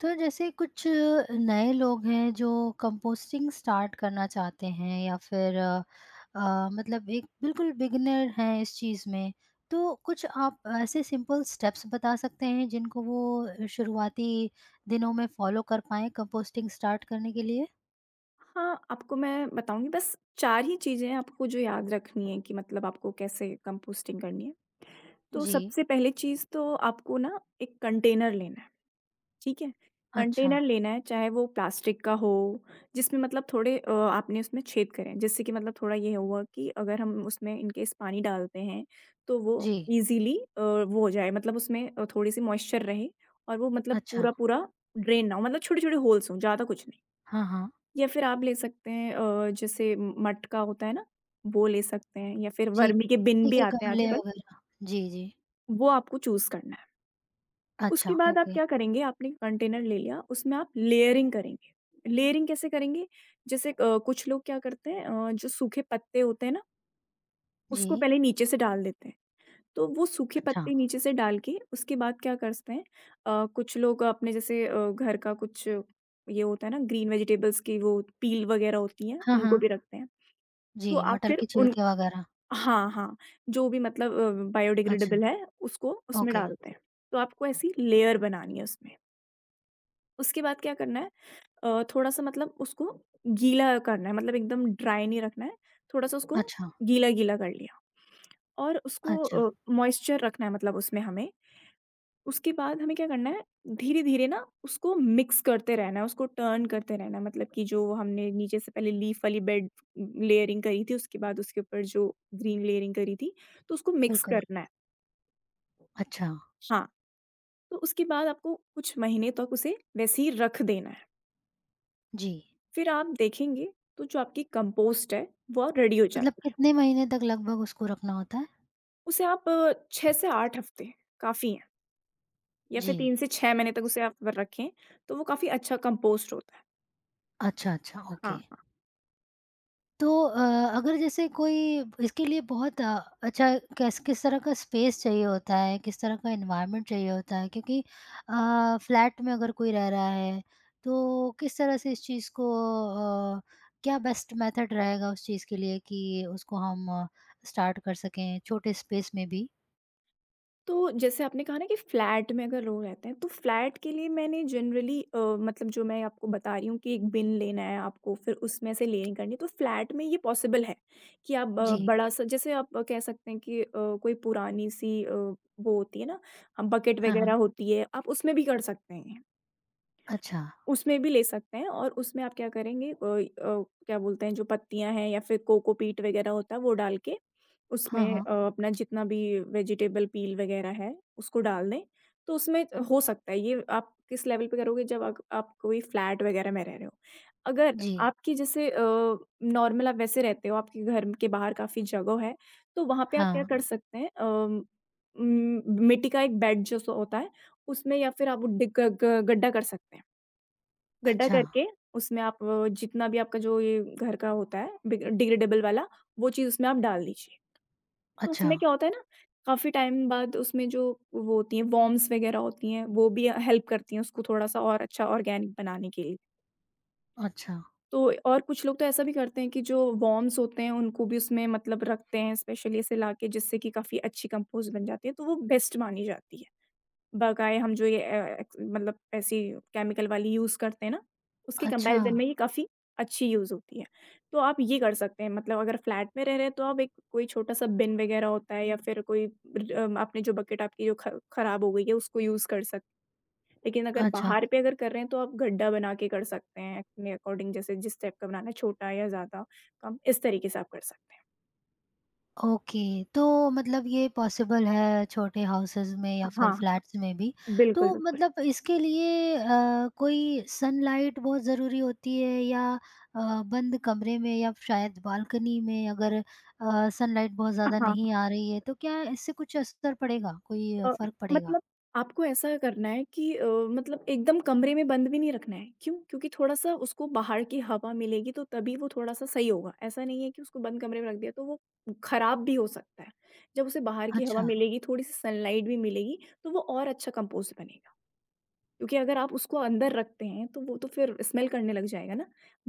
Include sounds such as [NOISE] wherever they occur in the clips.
तो जैसे कुछ नए लोग हैं जो कंपोस्टिंग स्टार्ट करना चाहते हैं या फिर मतलब एक बिल्कुल बिगिनर हैं इस चीज़ में, तो कुछ आप ऐसे सिंपल स्टेप्स बता सकते हैं जिनको वो शुरुआती दिनों में फॉलो कर पाएँ कंपोस्टिंग स्टार्ट करने के लिए? हाँ, आपको मैं बताऊँगी बस 4 ही चीज़ें हैं आपको जो याद रखनी है कि मतलब आपको कैसे कंपोस्टिंग करनी है। तो जी, सबसे पहली चीज़ तो आपको ना एक कंटेनर लेना है, ठीक है? अच्छा, कंटेनर लेना है चाहे वो प्लास्टिक का हो जिसमें मतलब थोड़े आपने उसमें छेद करे हैं जिससे कि मतलब थोड़ा ये हुआ कि अगर हम उसमें इन केस पानी डालते हैं तो वो जी, ईज़िली वो हो जाए मतलब उसमें थोड़ी-सी मॉइस्चर रहे और वो मतलब अच्छा, पूरा-पूरा ड्रेन ना हो मतलब छोटे-छोटे होल्स हों, ज़्यादा कुछ नहीं। हाँ, हाँ, या फिर आप ले सकते हैं जैसे म मटका होता है ना, वो ले सकते हैं या फिर जी, वर्मी के बिन ठीक भी है, आते हैं गमले आजकल, वगैरह, जी, जी, वो आपको चूज़ करना है। अच्छा, उसके बाद आप ओके, क्या करेंगे, आपने कंटेनर ले लिया, उसमें आप लेयरिंग करेंगे। लेयरिंग कैसे करेंगे? जैसे कुछ लोग क्या करते हैं जो सूखे पत्ते होते हैं ना, उसको जी, पहले नीचे से डाल देते हैं। तो वो सूखे अच्छा, पत्ते नीचे से डाल के उसके बाद क्या करते हैं कुछ लोग अपने जैसे घर का कुछ ये होता है ना ग्रीन वेजिटेबल्स की वो पील वगैरह होती हैं, हाँ, उनको हाँ, भी रखते हैं। जी, तो आप मटर फिर के उन, छिलके वगैरह, हाँ, हाँ, जो भी मतलब अच्छा, बायोडिग्रेडेबल है उसको उसमें ओके। डालते हैं। तो आपको ऐसी लेयर बनानी है उसमें। उसके बाद क्या करना है थोड़ा-सा मतलब उसको गीला करना है मतलब एकदम ड्राई नहीं रखना है, थोड़ा-सा उसको अच्छा, गीला-गीला कर लिया और उसको अच्छा, मॉइस्चर रखना है मतलब उसमें हमें। उसके बाद हमें क्या करना है, धीरे-धीरे ना उसको मिक्स करते रहना है, उसको टर्न करते रहना है। मतलब कि जो हमने नीचे से पहले लीफ वाली बेड लेयरिंग करी थी, उसके बाद उसके ऊपर जो ग्रीन लेयरिंग करी थी, तो उसको मिक्स बिल्कुल, करना है। अच्छा, हाँ, तो उसके बाद आपको कुछ महीने तक उसे वैसे ही रख देना है। जी। फिर आप देखेंगे तो जो आपकी कंपोस्ट है, वो रेडी हो मतलब जाती है। कितने महीने तक लगभग उसको रखना होता है? उसे आप 6 से 8 हफ्ते काफ़ी हैं या फिर जी, 3 से 6 महीने तक उसे आप रखें, तो वो काफ़ी अच्छा कंपोस्ट होता है। अच्छा, अच्छा, ओके। हाँ। तो अगर जैसे कोई इसके लिए बहुत अच्छा कैस किस तरह का स्पेस चाहिए होता है, किस तरह का एनवायरनमेंट चाहिए होता है? क्योंकि फ्लैट में अगर कोई रह रहा है, तो किस तरह से इस चीज़ को अ, क्या बेस्ट मेथड रहेगा उस चीज़ के लिए कि उसको हम स्टार्ट कर सकें छोटे स्पेस में भी? तो जैसे आपने कहा ना कि फ्लैट में अगर लोग रहते हैं तो फ्लैट के लिए मैंने जनरली मतलब जो मैं आपको बता रही हूँ कि एक बिन लेना है आपको फिर उसमें से लेनी करनी है, तो फ्लैट में ये पॉसिबल है कि आप जी, बड़ा सा जैसे आप कह सकते हैं कि कोई पुरानी सी वो होती है ना बकेट हाँ, वगैरह हाँ, होती है आप उसमें भी कर सकते हैं अच्छा। उसमें भी ले सकते हैं और उसमें आप क्या करेंगे क्या बोलते हैं जो पत्तियाँ हैं या फिर कोकोपीट वगैरह होता है वो डाल के हाँ, उसमें हाँ। अपना जितना भी वेजिटेबल पील वगैरह है उसको डाल दें, तो उसमें हो सकता है ये आप किस लेवल पे करोगे जब आप कोई फ्लैट वगैरह में रह रहे हो। अगर जी। आपकी जैसे नॉर्मल आप वैसे रहते हो, आपके घर के बाहर काफ़ी जगह है, तो वहाँ पे आप क्या हाँ। कर सकते हैं उम, मिट्टी का एक बेड जो सो होता है उसमें या फिर आप वो डिग ग ग गड्ढा कर सकते हैं। गड्ढा अच्छा, करके उसमें आप जितना भी आपका जो ये घर का होता है बिग डिग्रेडेबल वाला, वो चीज़ उसमें आप डाल दीजिए। तो अच्छा, उसमें क्या होता है ना, काफ़ी टाइम बाद उसमें जो वो होती हैं वॉर्म्स वग़ैरह होती हैं, वो भी हेल्प करती हैं उसको थोड़ा-सा और अच्छा ऑर्गेनिक बनाने के लिए। अच्छा, तो और कुछ लोग तो ऐसा भी करते हैं कि जो वॉर्म्स होते हैं उनको भी उसमें मतलब रखते हैं स्पेशली ऐसे लाके जिससे कि काफ़ी अच्छी कंपोस्ट बन जाती है, तो वो बेस्ट मानी जाती है। बगाए हम जो ये एक्स मतलब ऐसी केमिकल वाली यूज़ करते हैं ना, उसके अच्छा, कंपैरिज़न में ये काफ़ी अच्छी यूज़ होती है। तो आप ये कर सकते हैं मतलब अगर फ्लैट में रह रहे हैं तो आप एक कोई छोटा-सा बिन वग़ैरह होता है या फिर कोई आपने जो बकेट आपकी जो ख खराब हो गई है उसको यूज़ कर सक लेकिन अगर अच्छा। बाहर पे अगर कर रहे हैं तो आप गड्ढा बना के कर सकते हैं अपने अकॉर्डिंग जैसे जिस टाइप का बनाना है छोटा या ज़्यादा, कम इस तरीके से आप कर सकते हैं। ओके, तो मतलब ये पॉसिबल है छोटे हाउसेज़ में या हाँ, फिर फ्लैट्स हाँ। में भी। बिल्कुल, तो बिल्कुल। मतलब इसके लिए कोई सनलाइट बहुत ज़रूरी होती है या बंद कमरे में या शायद बालकनी में अगर सनलाइट बहुत ज़्यादा हाँ। नहीं आ रही है, तो क्या इससे कुछ असर पड़ेगा? कोई अ, फ़र्क पड़ेगा? मतलब आपको ऐसा करना है कि मतलब एकदम कमरे में बंद भी नहीं रखना है। क्यों? क्योंकि थोड़ा-सा उसको बाहर की हवा मिलेगी तो तभी वो थोड़ा-सा सही होगा। ऐसा नहीं है कि उसको बंद कमरे में रख दिया तो वो खराब भी हो सकता है। जब उसे बाहर की हवा अच्छा। मिलेगी, थोड़ी-सी सनलाइट भी मिलेगी तो वो और अच्छा कंपोस्ट बनेगा। क्योंकि अगर आप उसको अंदर रखते हैं तो वो तो फिर स्मेल करने लग जाएगा ना।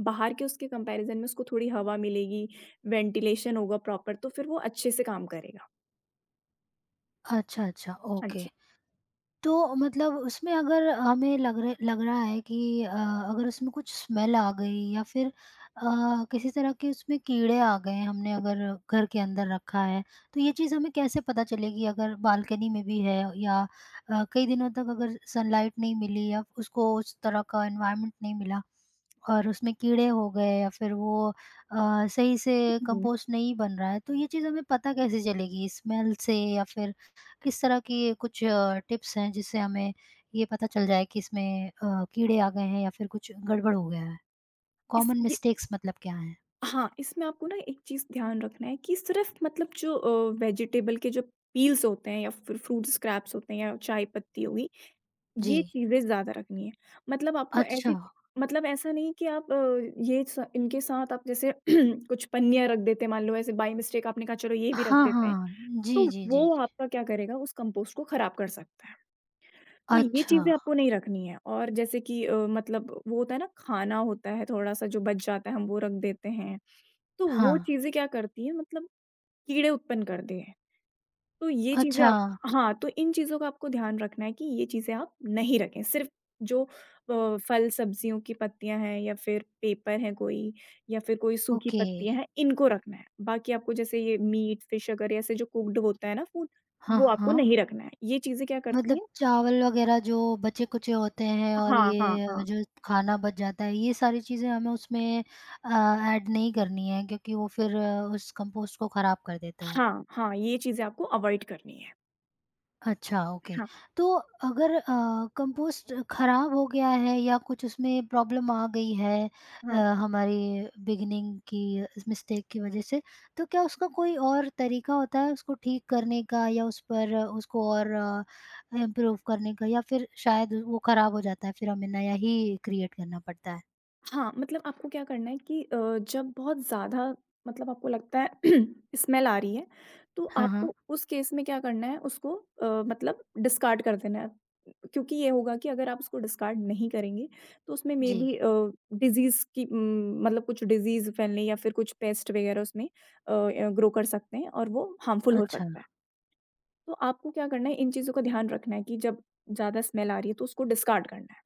बाहर के उसके कंपैरिज़न में उसको थोड़ी हवा मिलेगी, वेंटिलेशन होगा प्रॉपर तो फिर वो अच्छे से काम करेगा। अच्छा, अच्छा, हाँ ओके। जी। तो मतलब उसमें अगर हमें लग रहा है कि अगर उसमें कुछ स्मेल आ गई या फिर किसी तरह के उसमें कीड़े आ गए हमने अगर घर के अंदर रखा है तो ये चीज़ हमें कैसे पता चलेगी अगर बालकनी में भी है या कई दिनों तक अगर सनलाइट नहीं मिली या उसको उस तरह का एनवायरनमेंट नहीं मिला और उसमें कीड़े हो गए या फिर वो अ, सही से हम्म। कंपोस्ट नहीं बन रहा है, तो ये चीज़ हमें पता कैसे चलेगी? स्मेल से या फिर किस तरह की कुछ टिप्स हैं जिससे हमें ये पता चल जाए कि इसमें कीड़े आ गए हैं या फिर कुछ गड़बड़ हो गया है? इस कॉमन ये मिस्टेक्स मतलब क्या हैं? हाँ, इसमें आपको ना एक चीज़ ध्यान रखना है कि सिर्फ़ मतलब जो वेजिटेबल के जो पील्स होते हैं या फिर फ्रूट स्क्रैप्स होते हैं या चाय पत्ती हो गई, जी। ये चीज़ें ज़्यादा रखनी है। मतलब आपको अच्छा। ऐसी, मतलब ऐसा नहीं कि आप ये स इनके साथ आप जैसे [CLEARS THROAT] कुछ पन्नियाँ रख देते हैं, मान लो ऐसे बाय मिस्टेक आपने कहा चलो ये भी रख हाँ, देते हैं, हाँ। जी, तो जी, जी, वो जी। आपका क्या करेगा उस कंपोस्ट को खराब कर सकता है। तो ये अच्छा। चीज़ें आपको नहीं रखनी है और जैसे कि मतलब वो होता है ना खाना होता है थोड़ा-सा जो बच जाता है हम वो रख देते हैं। तो वो हाँ। चीज़ें क्या करती हैं मतलब कीड़े उत्पन्न कर दें। तो ये चीज़ें अच्छा, आप, हाँ, तो इन चीज़ों का आपको ध्यान रखना है कि ये चीज़ें आप नहीं रखें। सिर्फ़ जो फल सब्जियों की पत्तियाँ हैं या फिर पेपर है कोई या फिर कोई सूखी ओके। पत्तियाँ हैं इनको रखना है। बाकी आपको जैसे ये मीट, फिश अगर ऐसे जो कुक्ड होता है ना फूड हाँ, वो आपको हाँ। नहीं रखना है। ये चीज़ें क्या मतलब करती हैं? चावल वगैरह जो बचे-कुचे होते हैं और हाँ, हाँ, ये हाँ। जो खाना बच जाता है, ये सारी चीज़ें हमें उसमें अ, ऐड नहीं करनी है क्योंकि वो फिर उस कंपोस्ट को खराब कर देता है। हाँ, हाँ, ये चीज़ें आपको अवॉइड करनी है। अच्छा, ओके। हाँ, तो अगर कंपोस्ट खराब हो गया है या कुछ उसमें प्रॉब्लम आ गई है अ, हाँ, हमारी बिगिनिंग की इस मिस्टेक की वज़ह से, तो क्या उसका कोई और तरीका होता है उसको ठीक करने का या उस पर उसको और इम्प्रूव करने का या फिर शायद वो खराब हो जाता है, फिर हमें नया ही क्रिएट करना पड़ता है? हाँ, मतलब आपको क्या करना है कि जब बहुत ज़्यादा मतलब आपको लगता है [CLEARS THROAT] स्मेल आ रही है, तो हाँ, हाँ। आपको उस केस में क्या करना है उसको मतलब डिस्कार्ड कर देना है। क्योंकि ये होगा कि अगर आप उसको डिस्कार्ड नहीं करेंगे, तो उसमें जी। मेबी डिज़ीज़ की मतलब कुछ डिज़ीज़ फैलने या फिर कुछ पेस्ट वगैरह उसमें ग्रो कर सकते हैं और वो हार्मफुल हो अच्छा, सकता है। तो आपको क्या करना है इन चीज़ों का ध्यान रखना है कि जब ज़्यादा स्मेल आ रही है तो उसको डिस्कार्ड करना है।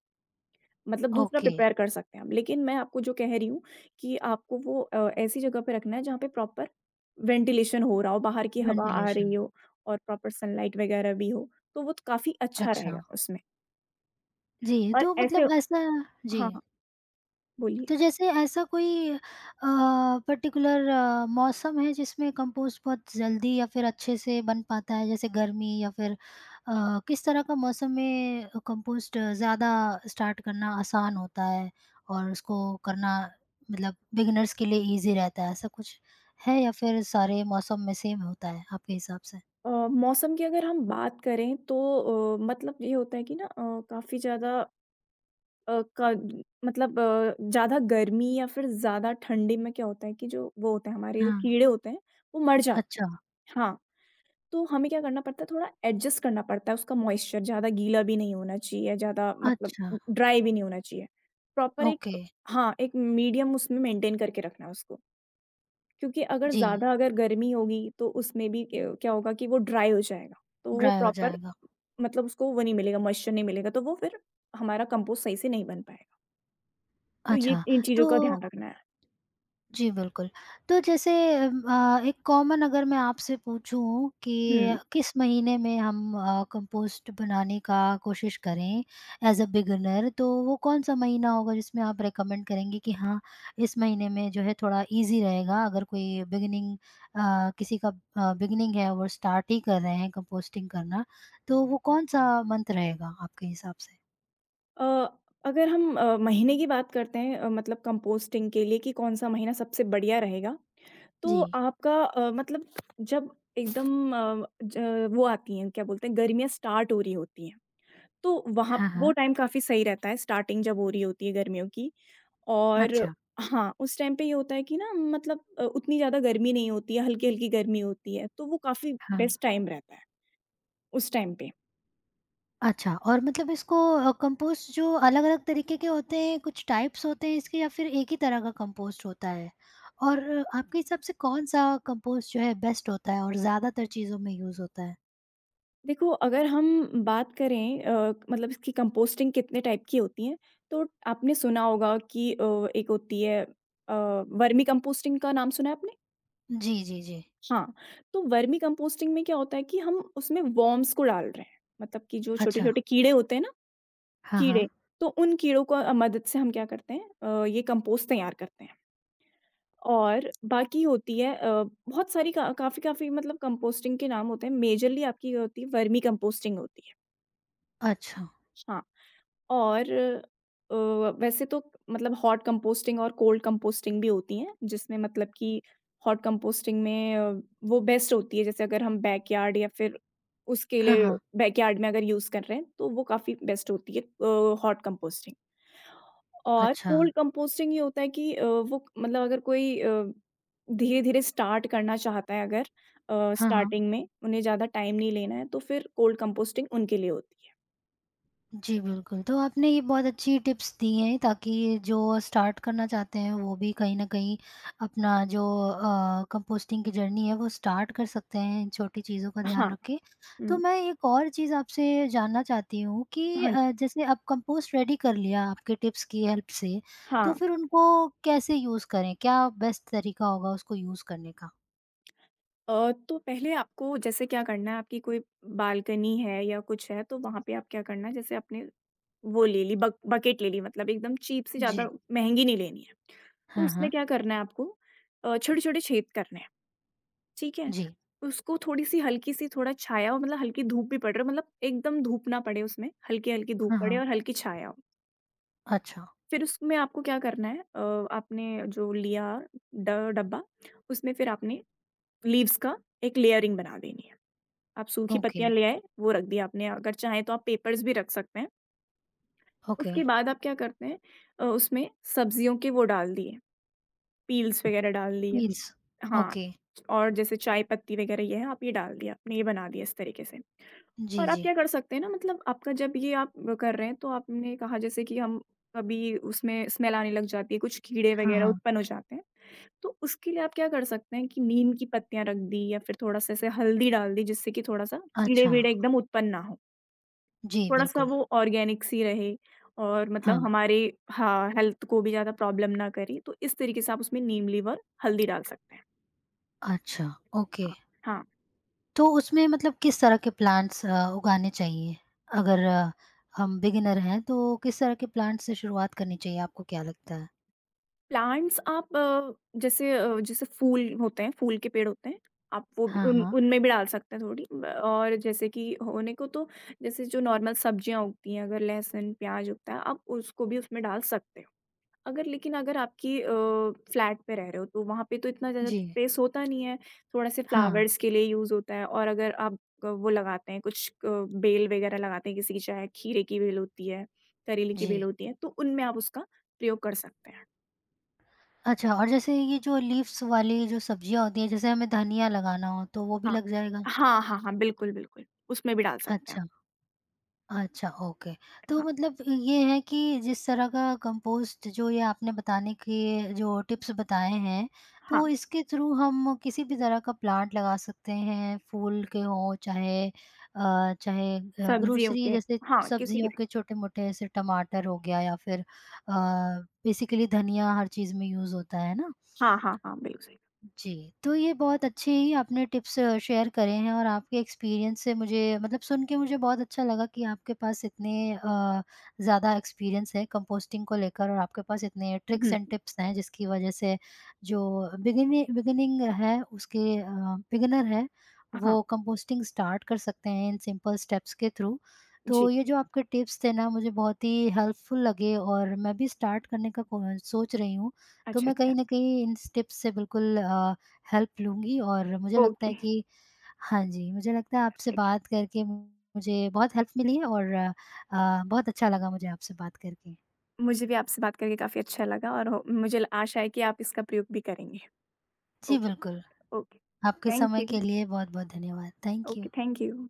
मतलब दूसरा ओके। प्रिपेयर कर सकते हैं हम। लेकिन मैं आपको जो कह रही हूँ कि आपको वो ऐसी जगह पे रखना है जहाँ पे प्रॉपर वेंटिलेशन हो रहा हो, बाहर की हवा आ वेंटिलेशन, रही हो और प्रॉपर सनलाइट वगैरह भी हो, तो वो तो काफ़ी अच्छा अच्छा। रहेगा उसमें। जी, और तो ऐसे, मतलब ऐसा जी। हाँ, हाँ, बोलिए। तो जैसे ऐसा कोई पर्टिकुलर मौसम है जिसमें कंपोस्ट बहुत जल्दी या फिर अच्छे से बन पाता है जैसे गर्मी या फिर किस तरह का मौसम में कंपोस्ट ज़्यादा स्टार्ट करना आसान होता है और उसको करना मतलब बिगिनर्स के लिए इजी रहता है ऐसा कुछ है या फिर सारे मौसम में सेम होता है आपके हिसाब से? मौसम की अगर हम बात करें तो मतलब ये होता है कि ना काफ़ी ज़्यादा अ, का मतलब ज़्यादा गर्मी या फिर ज़्यादा ठंडी में क्या होता है कि जो वो होते हैं हमारे जो हाँ, कीड़े होते हैं, वो मर जाते हैं। अच्छा, हाँ। तो हमें क्या करना पड़ता है थोड़ा एडजस्ट करना पड़ता है उसका मॉइस्चर ज़्यादा गीला भी नहीं होना चाहिए, ज़्यादा मतलब अच्छा, ड्राई भी नहीं होना चाहिए। प्रॉपर ओके, एक, हाँ, एक मीडियम उसमें मेंटेन करके रखना है उसको, क्योंकि जी, अगर गर्मी होगी तो उसमें भी क क्या होगा कि वो ड्राई हो जाएगा, तो वो ड्राई हो प्रॉपर जाएगा। मतलब उसको वो नहीं मिलेगा, मॉइस्चर नहीं मिलेगा, तो वो फिर हमारा कंपोस्ट सही से नहीं बन पाएगा। तो ये अच्छा, इन चीज़ों तो का ध्यान रखना है। जी, बिल्कुल। तो जैसे एक कॉमन अगर मैं आपसे पूछूँ कि हुँ। किस महीने में हम कंपोस्ट बनाने का कोशिश करें एज़ अ बिगिनर, तो वो कौन-सा महीना होगा जिसमें आप रिकमेंड करेंगे कि हाँ, इस महीने में जो है थोड़ा ईज़ी रहेगा अगर कोई बिगिनिंग किसी का बिगिनिंग है वो स्टार्ट ही कर रहे हैं कंपोस्टिंग करना, तो वो कौन-सा मंथ रहेगा आपके हिसाब से? अ, अगर हम महीने की बात करते हैं मतलब कंपोस्टिंग के लिए कि कौन-सा महीना सबसे बढ़िया रहेगा जी। तो आपका मतलब जब एकदम अ, ज वो आती हैं क्या बोलते हैं गर्मियाँ स्टार्ट हो रही होती हैं, तो वहाँ हाँ, वो हाँ। टाइम काफ़ी सही रहता है स्टार्टिंग जब हो रही होती है गर्मियों की और अच्छा, हाँ, उस टाइम पे ये होता है कि ना मतलब उतनी ज़्यादा गर्मी नहीं होती है, हल्की-हल्की गर्मी होती है, तो वो काफ़ी हाँ। बेस्ट टाइम रहता है, उस टाइम पे। अच्छा और मतलब इसको कंपोस्ट जो अलग-अलग तरीके के होते हैं, कुछ टाइप्स होते हैं इसके या फिर एक ही तरह का कंपोस्ट होता है? और आपके हिसाब से कौन-सा कंपोस्ट जो है बेस्ट होता है और ज़्यादातर चीज़ों में यूज़ होता है? देखो अगर हम बात करें मतलब इसकी कंपोस्टिंग कितने टाइप की होती हैं, तो आपने सुना होगा कि एक होती है वर्मी कंपोस्टिंग का नाम सुना है आपने? जी, जी, जी। हाँ, तो वर्मी कंपोस्टिंग में क्या होता है कि हम उसमें वर्म्स को डाल रहे हैं, मतलब कि जो अच्छा। छोटे-छोटे कीड़े होते हैं ना, हाँ, हाँ। कीड़े, तो उन कीड़ों को मदद से हम क्या करते हैं ये कंपोस्ट तैयार करते हैं। और बाकी होती है बहुत सारी का काफ़ी-काफ़ी मतलब कंपोस्टिंग के नाम होते हैं, मेजरली आपकी ये होती है वर्मी कंपोस्टिंग होती है। अच्छा। हाँ। और अ, वैसे तो मतलब हॉट कंपोस्टिंग और कोल्ड कंपोस्टिंग भी होती हैं, जिसमें मतलब कि हॉट कंपोस्टिंग में वो बेस्ट होती है, जैसे अगर हम बैकयार्ड या फिर उसके हाँ, लिए हाँ। बैकयार्ड में अगर यूज़ कर रहे हैं, तो वो काफ़ी बेस्ट होती है हॉट कंपोस्टिंग। और अच्छा। कोल्ड कंपोस्टिंग ये होता है कि वो मतलब अगर कोई धीरे-धीरे स्टार्ट करना चाहता है अगर हाँ, हाँ। स्टार्टिंग में, उन्हें ज़्यादा टाइम नहीं लेना है, तो फिर कोल्ड कंपोस्टिंग उनके लिए होती है। जी, बिल्कुल। तो आपने ये बहुत अच्छी टिप्स दी हैं ताकि जो स्टार्ट करना चाहते हैं वो भी कहीं न कहीं अपना जो कंपोस्टिंग की जर्नी है वो स्टार्ट कर सकते हैं, इन छोटी चीज़ों का ध्यान हाँ, रख के। तो हुँ, मैं एक और चीज़ आपसे जानना चाहती हूँ कि हाँ, जैसे अब कंपोस्ट रेडी कर लिया आपके टिप्स की हेल्प से, तो हाँ। फिर उनको कैसे यूज़ करें? क्या बेस्ट तरीका होगा उसको यूज़ करने का? तो पहले आपको जैसे क्या करना है आपकी कोई बालकनी है या कुछ है तो वहाँ पे आप क्या करना है जैसे आपने वो ले ली बकेट ले ली मतलब एकदम चीप सी ज़्यादा जी। महंगी नहीं लेनी है। तो हाँ, उसमें हाँ। क्या करना है आपको छोटे-छोटे छेद करने हैं, ठीक है? जी। उसको थोड़ी-सी हल्की-सी थोड़ा छाया हो मतलब हल्की धूप भी पड़ रही हो मतलब एकदम धूप ना पड़े उसमें, हल्की-हल्की धूप हाँ, पड़े हाँ। और हल्की छाया हो। अच्छा, फिर उसमें आपको क्या करना है आपने जो लिया ड डब्बा उसमें फिर आपने लीव्स का एक लेयरिंग बना देनी है। आप सूखी ओके, पत्तियाँ ले आए, वो रख दी आपने, अगर चाहें तो आप पेपर्स भी रख सकते हैं। ओके। उसके बाद आप क्या करते हैं उसमें सब्जियों के वो डाल दिए, पील्स वगैरह डाल दिए मील्स, हाँ, ओके। और जैसे चाय पत्ती वगैरह ये है, आप ये डाल दिया, आपने ये बना दिया इस तरीके से। जी, और आप जी। क्या कर सकते हैं ना मतलब आपका जब ये आप वो कर रहे हैं तो आपने कहा जैसे कि हम कभी उसमें स्मेल आने लग जाती है, कुछ कीड़े हाँ, वगैरह हाँ। उत्पन्न हो जाते हैं। तो उसके लिए आप क्या कर सकते हैं कि नीम की पत्तियाँ रख दी या फिर थोड़ा-सा ऐसे हल्दी डाल दी जिससे कि थोड़ा-सा अच्छा। कीड़े-वीड़े एकदम उत्पन्न ना हो। जी, थोड़ा-सा बिल्कुल। वो ऑर्गेनिक सी रहे और हाँ, मतलब हमारे हाँ, हेल्थ को भी ज़्यादा प्रॉब्लम ना करे, तो इस तरीके से आप उसमें नीम, लीवर, हल्दी डाल सकते हैं। अच्छा, ओके। हाँ, हाँ। तो उसमें मतलब किस तरह के प्लांट्स उगाने चाहिए? अगर हम बिगिनर हैं, तो किस तरह के प्लांट से शुरुआत करनी चाहिए, आपको क्या लगता है? प्लांट्स आप जैसे जैसे फूल होते हैं, फूल के पेड़ होते हैं, आप वो भी हाँ, उन हाँ। उनमें भी डाल सकते हैं थोड़ी ब और जैसे कि होने को तो जैसे जो नॉर्मल सब्जियाँ उगती हैं, अगर लहसुन, प्याज़ उगता है, आप उसको भी उसमें डाल सकते हो। अगर आपकी फ्लैट पे रह रहे हो, तो वहाँ पे तो इतना ज़्यादा जी। स्पेस होता नहीं है, थोड़ा-से हाँ, फ्लावर्स के लिए यूज़ होता है और अगर आप वो लगाते हैं कुछ बेल वगैरह लगाते हैं किसी की, चाहे खीरे की बेल होती है, करेले की जी। बेल होती है, तो उनमें आप उसका प्रयोग कर सकते हैं। अच्छा और जैसे ये जो लीव्स वाली जो सब्जियाँ होती हैं, जैसे हमें धनिया लगाना हो, तो वो भी हाँ। लग जाएगा? हाँ, हाँ, हाँ, बिल्कुल, बिल्कुल, उसमें भी डाल सकते हैं अच्छा। आप। अच्छा, ओके। तो हाँ, मतलब ये है कि जिस तरह का कंपोस्ट जो ये आपने बताने के जो टिप्स बताए हैं, हाँ, तो इसके थ्रू हम किसी भी तरह का प्लांट लगा सकते हैं, फूल के हों चाहे सब्जियों ग्रोसरी के जैसे हाँ, किसी के सब्जियों भी के छोटे-मोटे ऐसे टमाटर हो गया या फिर बेसिकली धनिया हर चीज़ में यूज़ होता है ना? हाँ, हाँ, हाँ, बिल्कुल सही। जी, तो ये बहुत अच्छे ही आपने टिप्स शेयर करे हैं और आपके एक्सपीरियंस से मुझे मतलब सुन के मुझे बहुत अच्छा लगा कि आपके पास इतने ज़्यादा एक्सपीरियंस है कंपोस्टिंग को लेकर और आपके पास इतने हुँ, ट्रिक्स एंड हुँ, टिप्स हैं जिसकी वजह से जो बिगिनिंग है उसके बिगिनर है हाँ, वो कंपोस्टिंग स्टार्ट कर सकते हैं इन सिंपल स्टेप्स के थ्रू। तो जी। ये जो आपके टिप्स थे ना मुझे बहुत ही हेल्पफुल लगे और मैं भी स्टार्ट करने का को सोच रही हूँ। तो अच्छा, मैं अच्छा, कहीं न कहीं इन स्टेप्स से बिल्कुल हेल्प लूँगी और मुझे लगता ओके, है कि हाँ जी, मुझे लगता है आपसे ओके। बात करके मुझे बहुत हेल्प मिली है और बहुत अच्छा लगा मुझे आपसे बात करके। मुझे भी आपसे बात करके काफ़ी अच्छा लगा और हो मुझे आशा है कि आप इसका प्रयोग भी करेंगे। जी, ओके, बिल्कुल। ओके। आपके थैंक समय यू। के लिए बहुत-बहुत धन्यवाद। Thank you. Okay, thank you.